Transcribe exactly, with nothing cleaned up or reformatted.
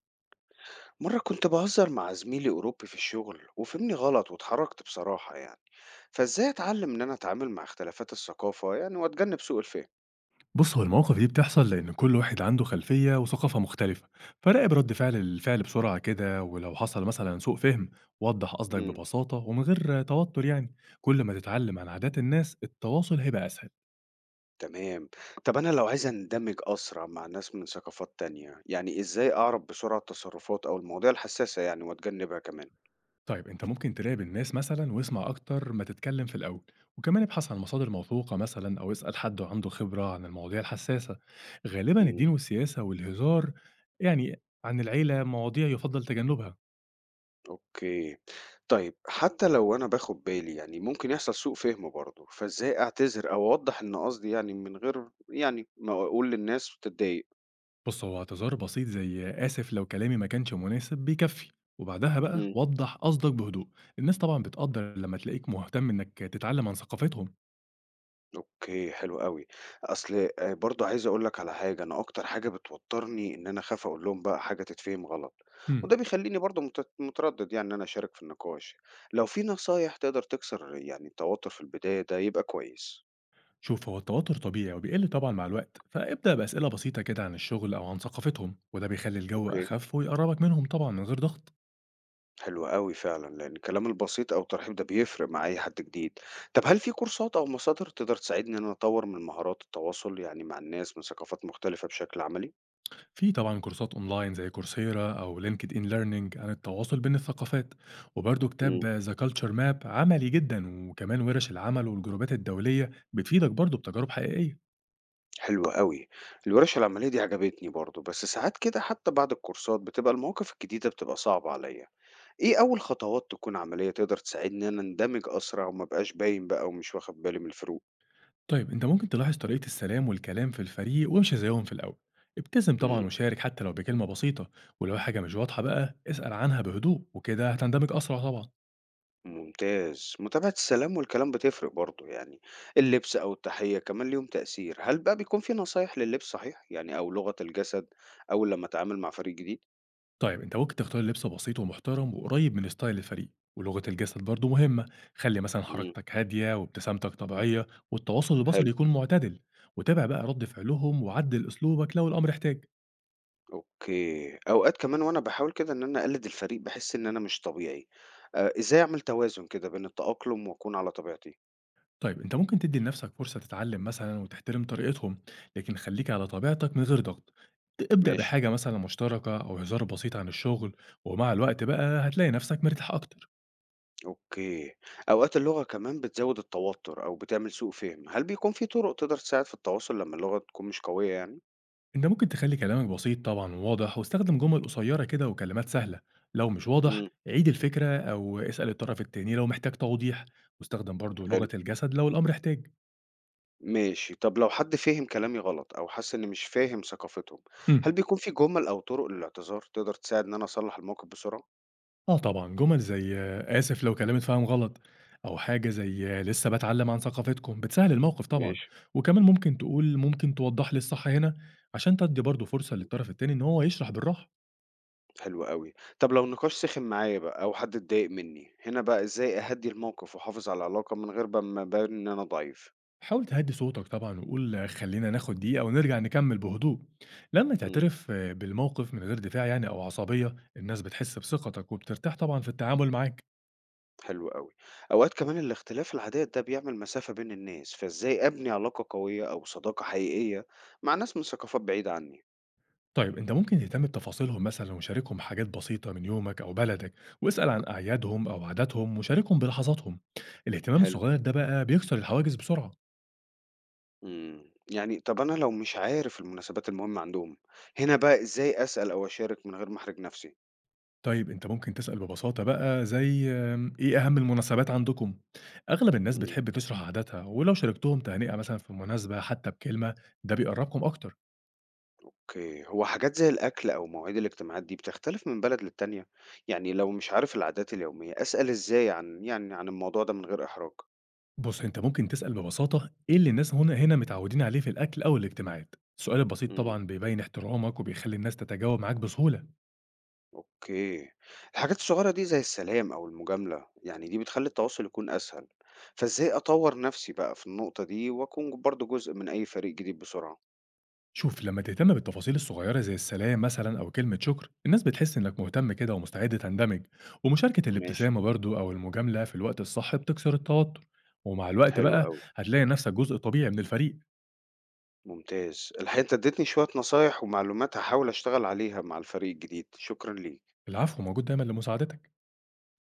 مرة كنت بهزر مع زميلي أوروبي في الشغل وفهمني غلط واتحركت، بصراحة يعني. فإزاي أتعلم إن أنا أتعامل مع اختلافات الثقافة يعني وأتجنب سوء الفهم؟ بُص، هو المواقف دي بتحصل لإن كل واحد عنده خلفية وثقافة مختلفة، فراقب رد فعل الفعل بسرعة كده، ولو حصل مثلًا سوء فهم وضّح قصدك مم. ببساطة ومن غير توتر يعني، كل ما تتعلم عن عادات الناس التواصل هيبقى أسهل. تمام. طب أنا لو عايز أندمج أسرع مع ناس من ثقافات تانية يعني إزاي أعرف بسرعة التصرفات أو المواضيع الحساسة يعني وأتجنبها كمان؟ طيب أنت ممكن تراقب الناس مثلًا واسمع أكتر ما تتكلم في الأول، وكمان ابحث عن مصادر موثوقة مثلًا أو اسأل حد عنده خبرة عن المواضيع الحساسة. غالبًا مم. الدين والسياسة والهزار يعني عن العيلة مواضيع يُفضّل تجنبها. أوكي. طيب حتى لو أنا باخد بالي يعني ممكن يحصل سوء فهم برضه، فإزاي أعتذر أو أوضح إن قصدي يعني من غير يعني ما أقول للناس تتضايق؟ بُص، هو اعتذار بسيط زي "آسف لو كلامي ما كانش مناسب" بيكفّي، وبعدها بقى وضّح قصدك بهدوء. الناس طبعًا بتقدّر لمّا تلاقيك مهتم إنك تتعلّم عن ثقافتهم. أوكي، حلو أوي. أصل آآ برضه عايز أقول لك على حاجة، أنا أكتر حاجة بتوتّرني إن أنا أخاف أقول لهم بقى حاجة تتفهم غلط، إمم، وده بيخلّيني برضه مت متردّد يعني إن أنا أشارك في النقاش. لو في نصايح تقدر تكسر يعني التوتّر في البداية ده يبقى كويس. شوف هو التوتر طبيعي وبيقل طبعًا مع الوقت، فابدأ بأسئلة بسيطة كده عن الشغل أو عن ثقافتهم، وده بيخلّي الجو أوكي، أخف ويقرّبك منهم طبعًا من غير ضغط. حلو أوي فعلًا، لإن الكلام البسيط أو الترحيب ده بيفرق مع أي حد جديد. طب هل في كورسات أو مصادر تقدر تساعدني إن أنا أطوّر من مهارات التواصل يعني مع الناس من ثقافات مختلفة بشكل عملي؟ في طبعًا كورسات أونلاين زي coursera أو linkedin learning عن التواصل بين الثقافات، وبرضه إمم. كتاب the culture map عملي جدًا، وكمان ورش العمل والجروبات الدولية بتفيدك برضه بتجارب حقيقية. حلو أوي. الورش العملية دي عجبتني برضه، بس ساعات كده حتى بعد الكورسات بتبقى المواقف الجديدة بتبقى صعبة عليّا. إيه أول خطوات تكون عملية تقدر تساعدني إن أنا أندمج أسرع وما أبقاش باين بقى ومش واخد بالي من الفروق؟ طيب انت ممكن تلاحظ طريقة السلام والكلام في الفريق وامشي زيهم في الأول، ابتسم إمم، طبعا وشارك حتى لو بكلمة بسيطة، ولو حاجة مش واضحة بقى اسأل عنها بهدوء وكده هتندمج أسرع طبعا. ممتاز. متابعة السلام والكلام بتفرق برضه يعني. اللبس أو التحية كمان ليهم تأثير. هل بقى بيكون في نصايح لللبس صحيح؟ يعني أو لغة الجسد أول لمّا أتعامل مع فريق جديد؟ طيب انت ممكن تختار لبس بسيط ومحترم وقريب من ستايل الفريق، ولغة الجسد برضو مهمة، خلي مثلا إمم، حركتك هادية وابتسامتك طبيعية والتواصل البصري حلو. يكون معتدل، وتابع بقى رد فعلهم وعدل أسلوبك لو الأمر احتاج. أوكي. أوقات كمان وأنا باحاول كده إن أنا أقلد الفريق باحس إن أنا مش طبيعي. آآ إزاي أعمل توازن كده بين التأقلم وأكون على طبيعتي؟ طيب أنت ممكن تدّي لنفسك فرصة تتعلم مثلًا وتحترم طريقتهم، لكن خلّيك على طبيعتك من غير ضغط. ت ابدأ ماشي، بحاجة مثلًا مشتركة أو هزار بسيط عن الشغل، ومع الوقت بقى هتلاقي نفسك مرتاح أكتر. أوكي. أوقات اللغة كمان بتزوّد التوتر أو بتعمل سوء فهم، هل بيكون في طرق تقدر تساعد في التواصل لمّا اللغة تكون مش قوية يعني؟ أنت ممكن تخلّي كلامك بسيط طبعًا وواضح، واستخدم جمل قصيرة كده وكلمات سهلة. لو مش واضح، إمم، عيد الفكرة أو اسأل الطرف التاني لو محتاج توضيح، واستخدم برضه حلو، لغة الجسد لو الأمر احتاج. ماشي. طب لو حد فِهم كلامي غلط أو حس إني مش فاهم ثقافتهم، هل إمم. بيكون في جُمل أو طرق للاعتذار تقدر تساعد إن أنا أصلّح الموقف بسرعة؟ آه طبعًا، جُمل زي "آسف لو كلامي اتفهم غلط" أو حاجة زي "لسه باتعلم عن ثقافتكم" بتسهِّل الموقف طبعًا، ماشي. وكمان ممكن تقول "ممكن توضّح لي الصح هنا؟" عشان تدّي برضه فرصة للطرف التاني إن هو يشرح بالراحة. حلو أوي. طب لو النقاش سِخِن معايا بقى أو حد اتضايق منّي، هنا بقى إزاي أهدّي الموقف وأحافظ على العلاقة من غير بقى ما أبان إن أنا ضعيف؟ حاول تهدّي صوتك طبعًا وقُل "خلّينا ناخد دقيقة ونرجع نكمّل بهدوء." لمّا إمم، تعترف بالموقف من غير دفاع يعني أو عصبية، الناس بتحس بثقتك وبترتاح طبعًا في التعامل معاك. حلو أوي. أوقات كمان الاختلاف العادات ده بيعمل مسافة بين الناس، فإزاي أبني علاقة قوية أو صداقة حقيقية مع ناس من ثقافات بعيدة عنّي؟ طيب أنت ممكن تهتم بتفاصيلهم مثلًا وشاركهم حاجات بسيطة من يومك أو بلدك، واسأل عن أعيادهم أو عاداتهم وشاركهم بلحظاتهم، الاهتمام حلو، الصغير ده بقى بيكسر الحواجز بسرعة. إمم. يعني طب أنا لو مش عارف المناسبات المهمة عندهم، هنا بقى إزاي أسأل أو أشارك من غير ما أحرج نَفْسي؟ طيب أنت ممكن تسأل ببساطة بقى زي آمم، إيه أهم المناسبات عندكم؟ أغلب الناس إمم. بتحب تشرح عاداتها، ولو شاركتهم تهنئة مثلًا في مناسبة حتى بكلمة ده بيقربكم أكتر. اوكي. هو حاجات زي الأكل أو مواعيد الاجتماعات دي بتختلف من بلد للتانية، يعني لو مش عارف العادات اليومية أسأل إزاي عن يعني عن الموضوع ده من غير إحراج؟ بُص أنت ممكن تسأل ببساطة إيه اللي الناس هنا هنا متعودين عليه في الأكل أو الاجتماعات، السؤال البسيط امم. طبعًا بيبين احترامك وبيخلي الناس تتجاوب معاك بسهولة. اوكي. الحاجات الصغيرة دي زي السلام أو المجاملة يعني دي بتخلي التواصل يكون أسهل، فإزاي أطور نفسي بقى في النقطة دي وأكون برضو جزء من أي فريق جديد بسرعة؟ شوف لما تهتم بالتفاصيل الصغيرة زي السلام مثلا أو كلمة شكر الناس بتحس إنك مهتم كده ومستعد تندمج، ومشاركة ماشي. الابتسامة برضو أو المجاملة في الوقت الصح بتكسر التوتر، ومع الوقت حلو بقى أوي. هتلاقي نفسك جزء طبيعي من الفريق. ممتاز. الحقيقة أنت اديتني شوية نصايح ومعلومات هحاول أشتغل عليها مع الفريق الجديد. شكرا ليك. العفو موجود دايما لمساعدتك.